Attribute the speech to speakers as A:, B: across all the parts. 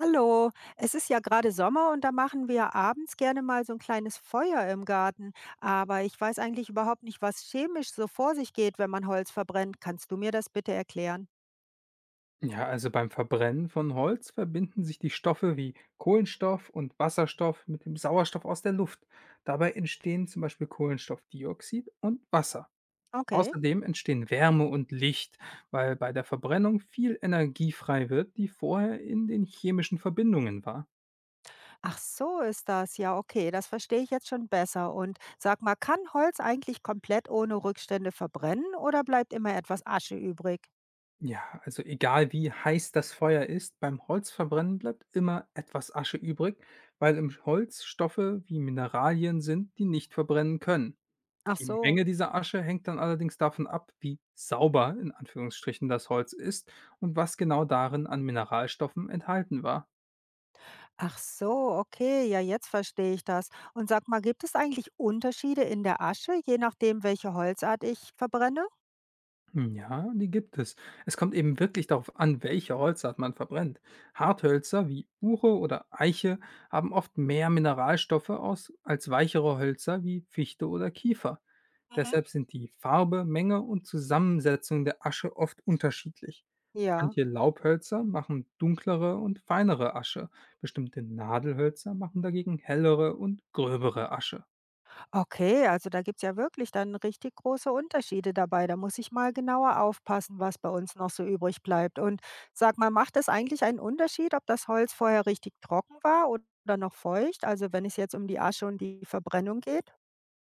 A: Hallo, es ist ja gerade Sommer und da machen wir abends gerne mal so ein kleines Feuer im Garten. Aber ich weiß eigentlich überhaupt nicht, was chemisch so vor sich geht, wenn man Holz verbrennt. Kannst du mir das bitte erklären?
B: Ja, also beim Verbrennen von Holz verbinden sich die Stoffe wie Kohlenstoff und Wasserstoff mit dem Sauerstoff aus der Luft. Dabei entstehen zum Beispiel Kohlenstoffdioxid und Wasser.
A: Okay.
B: Außerdem entstehen Wärme und Licht, weil bei der Verbrennung viel Energie frei wird, die vorher in den chemischen Verbindungen war.
A: Ach so ist das. Ja, okay, das verstehe ich jetzt schon besser. Und sag mal, kann Holz eigentlich komplett ohne Rückstände verbrennen oder bleibt immer etwas Asche übrig?
B: Ja, also egal wie heiß das Feuer ist, beim Holzverbrennen bleibt immer etwas Asche übrig, weil im Holz Stoffe wie Mineralien sind, die nicht verbrennen können.
A: Ach
B: Die
A: so.
B: Menge dieser Asche hängt dann allerdings davon ab, wie „sauber“ in Anführungsstrichen das Holz ist und was genau darin an Mineralstoffen enthalten war.
A: Ach so, okay, ja, jetzt verstehe ich das. Und sag mal, gibt es eigentlich Unterschiede in der Asche, je nachdem, welche Holzart ich verbrenne?
B: Ja, die gibt es. Es kommt eben wirklich darauf an, welche Holzart man verbrennt. Harthölzer wie Buche oder Eiche haben oft mehr Mineralstoffe aus als weichere Hölzer wie Fichte oder Kiefer.
A: Mhm.
B: Deshalb sind die Farbe, Menge und Zusammensetzung der Asche oft unterschiedlich.
A: Ja,
B: Manche Laubhölzer machen dunklere und feinere Asche, bestimmte Nadelhölzer machen dagegen hellere und gröbere Asche.
A: okay, also da gibt's ja wirklich dann richtig große Unterschiede dabei. Da muss ich mal genauer aufpassen, was bei uns noch so übrig bleibt. Und sag mal, macht es eigentlich einen Unterschied, ob das Holz vorher richtig trocken war oder noch feucht? Also wenn es jetzt um die Asche und die Verbrennung geht?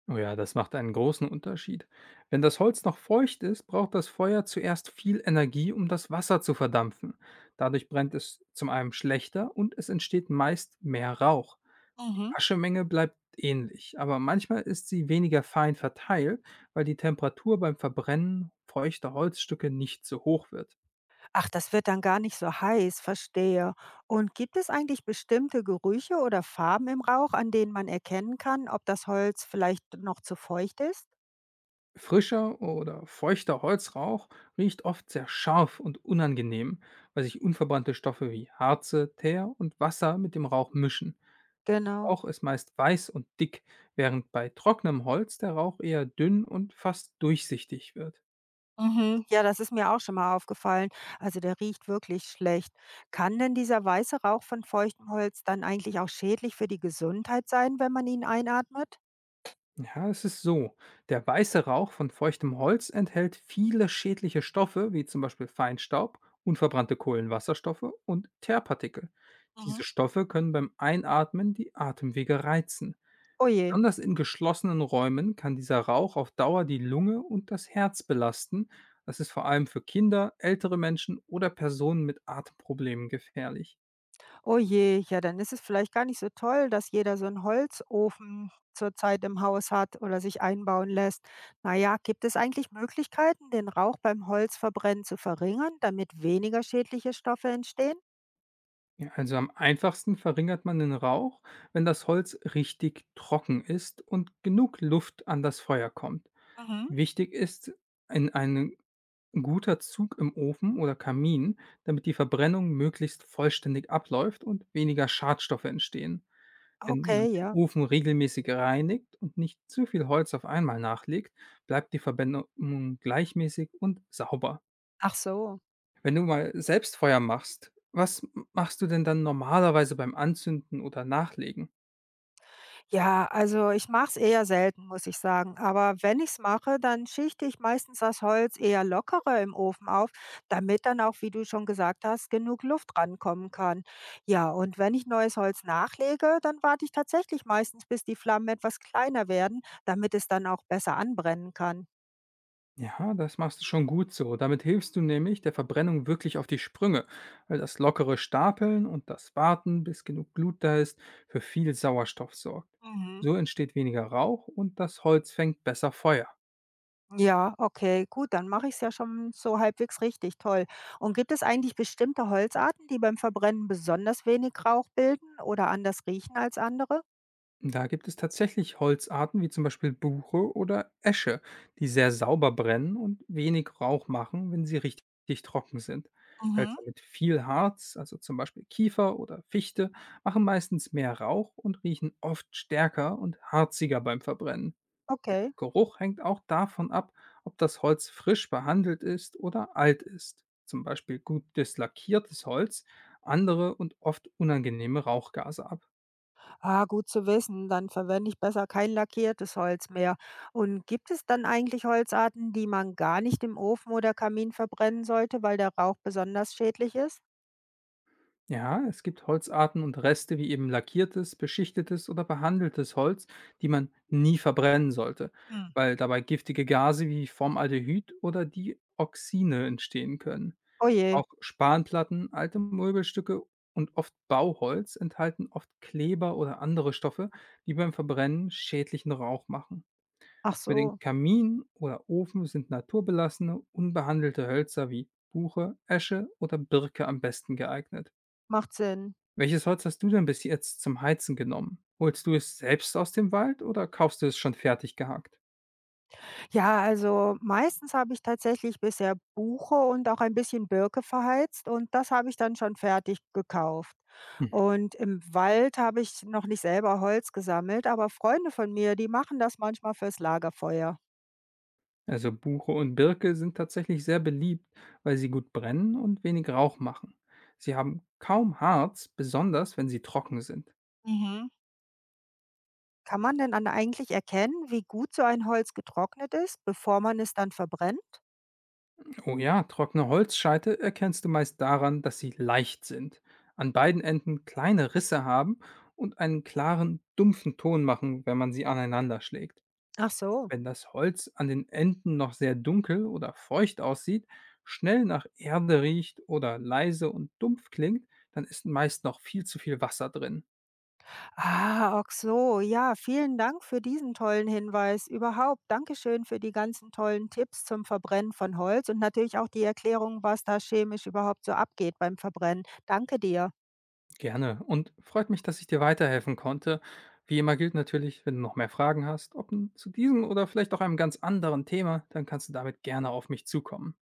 B: Oh ja, das macht einen großen Unterschied. Wenn das Holz noch feucht ist, braucht das Feuer zuerst viel Energie, um das Wasser zu verdampfen. Dadurch brennt es zum einen schlechter und es entsteht meist mehr Rauch.
A: Mhm.
B: Aschemenge bleibt ähnlich, aber manchmal ist sie weniger fein verteilt, weil die Temperatur beim Verbrennen feuchter Holzstücke nicht so hoch wird.
A: Ach, das wird dann gar nicht so heiß, verstehe. Und gibt es eigentlich bestimmte Gerüche oder Farben im Rauch, an denen man erkennen kann, ob das Holz vielleicht noch zu feucht ist?
B: Frischer oder feuchter Holzrauch riecht oft sehr scharf und unangenehm, weil sich unverbrannte Stoffe wie Harze, Teer und Wasser mit dem Rauch mischen.
A: Genau.
B: Rauch ist meist weiß und dick, während bei trockenem Holz der Rauch eher dünn und fast durchsichtig wird.
A: Mhm. Ja, das ist mir auch schon mal aufgefallen. Also der riecht wirklich schlecht. Kann denn dieser weiße Rauch von feuchtem Holz dann eigentlich auch schädlich für die Gesundheit sein, wenn man ihn einatmet?
B: Ja, es ist so. Der weiße Rauch von feuchtem Holz enthält viele schädliche Stoffe, wie zum Beispiel Feinstaub, unverbrannte Kohlenwasserstoffe und Teerpartikel.
A: Mhm.
B: Diese Stoffe können beim Einatmen die Atemwege reizen.
A: Oh je,
B: Besonders in geschlossenen Räumen kann dieser Rauch auf Dauer die Lunge und das Herz belasten. Das ist vor allem für Kinder, ältere Menschen oder Personen mit Atemproblemen gefährlich.
A: oh je, ja, dann ist es vielleicht gar nicht so toll, dass jeder so einen Holzofen zurzeit im Haus hat oder sich einbauen lässt. Naja, gibt es eigentlich Möglichkeiten, den Rauch beim Holzverbrennen zu verringern, damit weniger schädliche Stoffe entstehen?
B: Ja, also am einfachsten verringert man den Rauch, wenn das Holz richtig trocken ist und genug Luft an das Feuer kommt.
A: Mhm.
B: Wichtig ist in ein guter Zug im Ofen oder Kamin, damit die Verbrennung möglichst vollständig abläuft und weniger Schadstoffe entstehen. Wenn man
A: Okay,
B: den
A: ja.
B: Ofen regelmäßig reinigt und nicht zu viel Holz auf einmal nachlegt, bleibt die Verbrennung gleichmäßig und sauber.
A: Ach so.
B: Wenn du mal selbst Feuer machst, was m machst du denn dann normalerweise beim Anzünden oder Nachlegen?
A: Ja, also ich mache es eher selten, muss ich sagen. Aber wenn ich es mache, dann schichte ich meistens das Holz eher lockerer im Ofen auf, damit dann auch, wie du schon gesagt hast, genug Luft rankommen kann. Ja, und wenn ich neues Holz nachlege, dann warte ich tatsächlich meistens, bis die Flammen etwas kleiner werden, damit es dann auch besser anbrennen kann.
B: Ja, das machst du schon gut so. Damit hilfst du nämlich der Verbrennung wirklich auf die Sprünge, weil das lockere Stapeln und das Warten, bis genug Glut da ist, für viel Sauerstoff sorgt.
A: Mhm.
B: So entsteht weniger Rauch und das Holz fängt besser Feuer.
A: Ja, okay, gut, dann mache ich es ja schon so halbwegs richtig toll. Und gibt es eigentlich bestimmte Holzarten, die beim Verbrennen besonders wenig Rauch bilden oder anders riechen als andere?
B: Da gibt es tatsächlich Holzarten wie zum Beispiel Buche oder Esche, die sehr sauber brennen und wenig Rauch machen, wenn sie richtig trocken sind.
A: Mhm.
B: Hölzer mit viel Harz, also zum Beispiel Kiefer oder Fichte, machen meistens mehr Rauch und riechen oft stärker und harziger beim Verbrennen.
A: Okay.
B: Geruch hängt auch davon ab, ob das Holz frisch behandelt ist oder alt ist. Zum Beispiel gutes lackiertes Holz andere und oft unangenehme Rauchgase ab.
A: Ah, gut zu wissen. Dann verwende ich besser kein lackiertes Holz mehr. Und gibt es dann eigentlich Holzarten, die man gar nicht im Ofen oder Kamin verbrennen sollte, weil der Rauch besonders schädlich ist?
B: Ja, es gibt Holzarten und Reste wie eben lackiertes, beschichtetes oder behandeltes Holz, die man nie verbrennen sollte,
A: Hm.
B: weil dabei giftige Gase wie Formaldehyd oder Dioxine entstehen können.
A: Oh je.
B: Auch Spanplatten, alte Möbelstücke und oft Bauholz enthalten oft Kleber oder andere Stoffe, die beim Verbrennen schädlichen Rauch machen.
A: Ach
B: Für den
A: so.
B: Kamin oder Ofen sind naturbelassene, unbehandelte Hölzer wie Buche, Esche oder Birke am besten geeignet.
A: Macht Sinn.
B: Welches Holz hast du denn bis jetzt zum Heizen genommen? Holst du es selbst aus dem Wald oder kaufst du es schon fertig gehackt?
A: Ja, also meistens habe ich tatsächlich bisher Buche und auch ein bisschen Birke verheizt und das habe ich dann schon fertig gekauft.
B: Hm.
A: Und im Wald habe ich noch nicht selber Holz gesammelt, aber Freunde von mir, die machen das manchmal fürs Lagerfeuer.
B: Also Buche und Birke sind tatsächlich sehr beliebt, weil sie gut brennen und wenig Rauch machen. Sie haben kaum Harz, besonders wenn sie trocken sind.
A: Mhm. Kann man denn dann eigentlich erkennen, wie gut so ein Holz getrocknet ist, bevor man es dann verbrennt?
B: Oh ja, trockene Holzscheite erkennst du meist daran, dass sie leicht sind, an beiden Enden kleine Risse haben und einen klaren, dumpfen Ton machen, wenn man sie aneinander schlägt.
A: Ach so.
B: Wenn das Holz an den Enden noch sehr dunkel oder feucht aussieht, schnell nach Erde riecht oder leise und dumpf klingt, dann ist meist noch viel zu viel Wasser drin.
A: Ah, ach so. Ja, vielen Dank für diesen tollen Hinweis. Überhaupt, Dankeschön für die ganzen tollen Tipps zum Verbrennen von Holz und natürlich auch die Erklärung, was da chemisch überhaupt so abgeht beim Verbrennen. Danke dir.
B: Gerne. Und freut mich, dass ich dir weiterhelfen konnte. Wie immer gilt natürlich, wenn du noch mehr Fragen hast, ob nun zu diesem oder vielleicht auch einem ganz anderen Thema, dann kannst du damit gerne auf mich zukommen.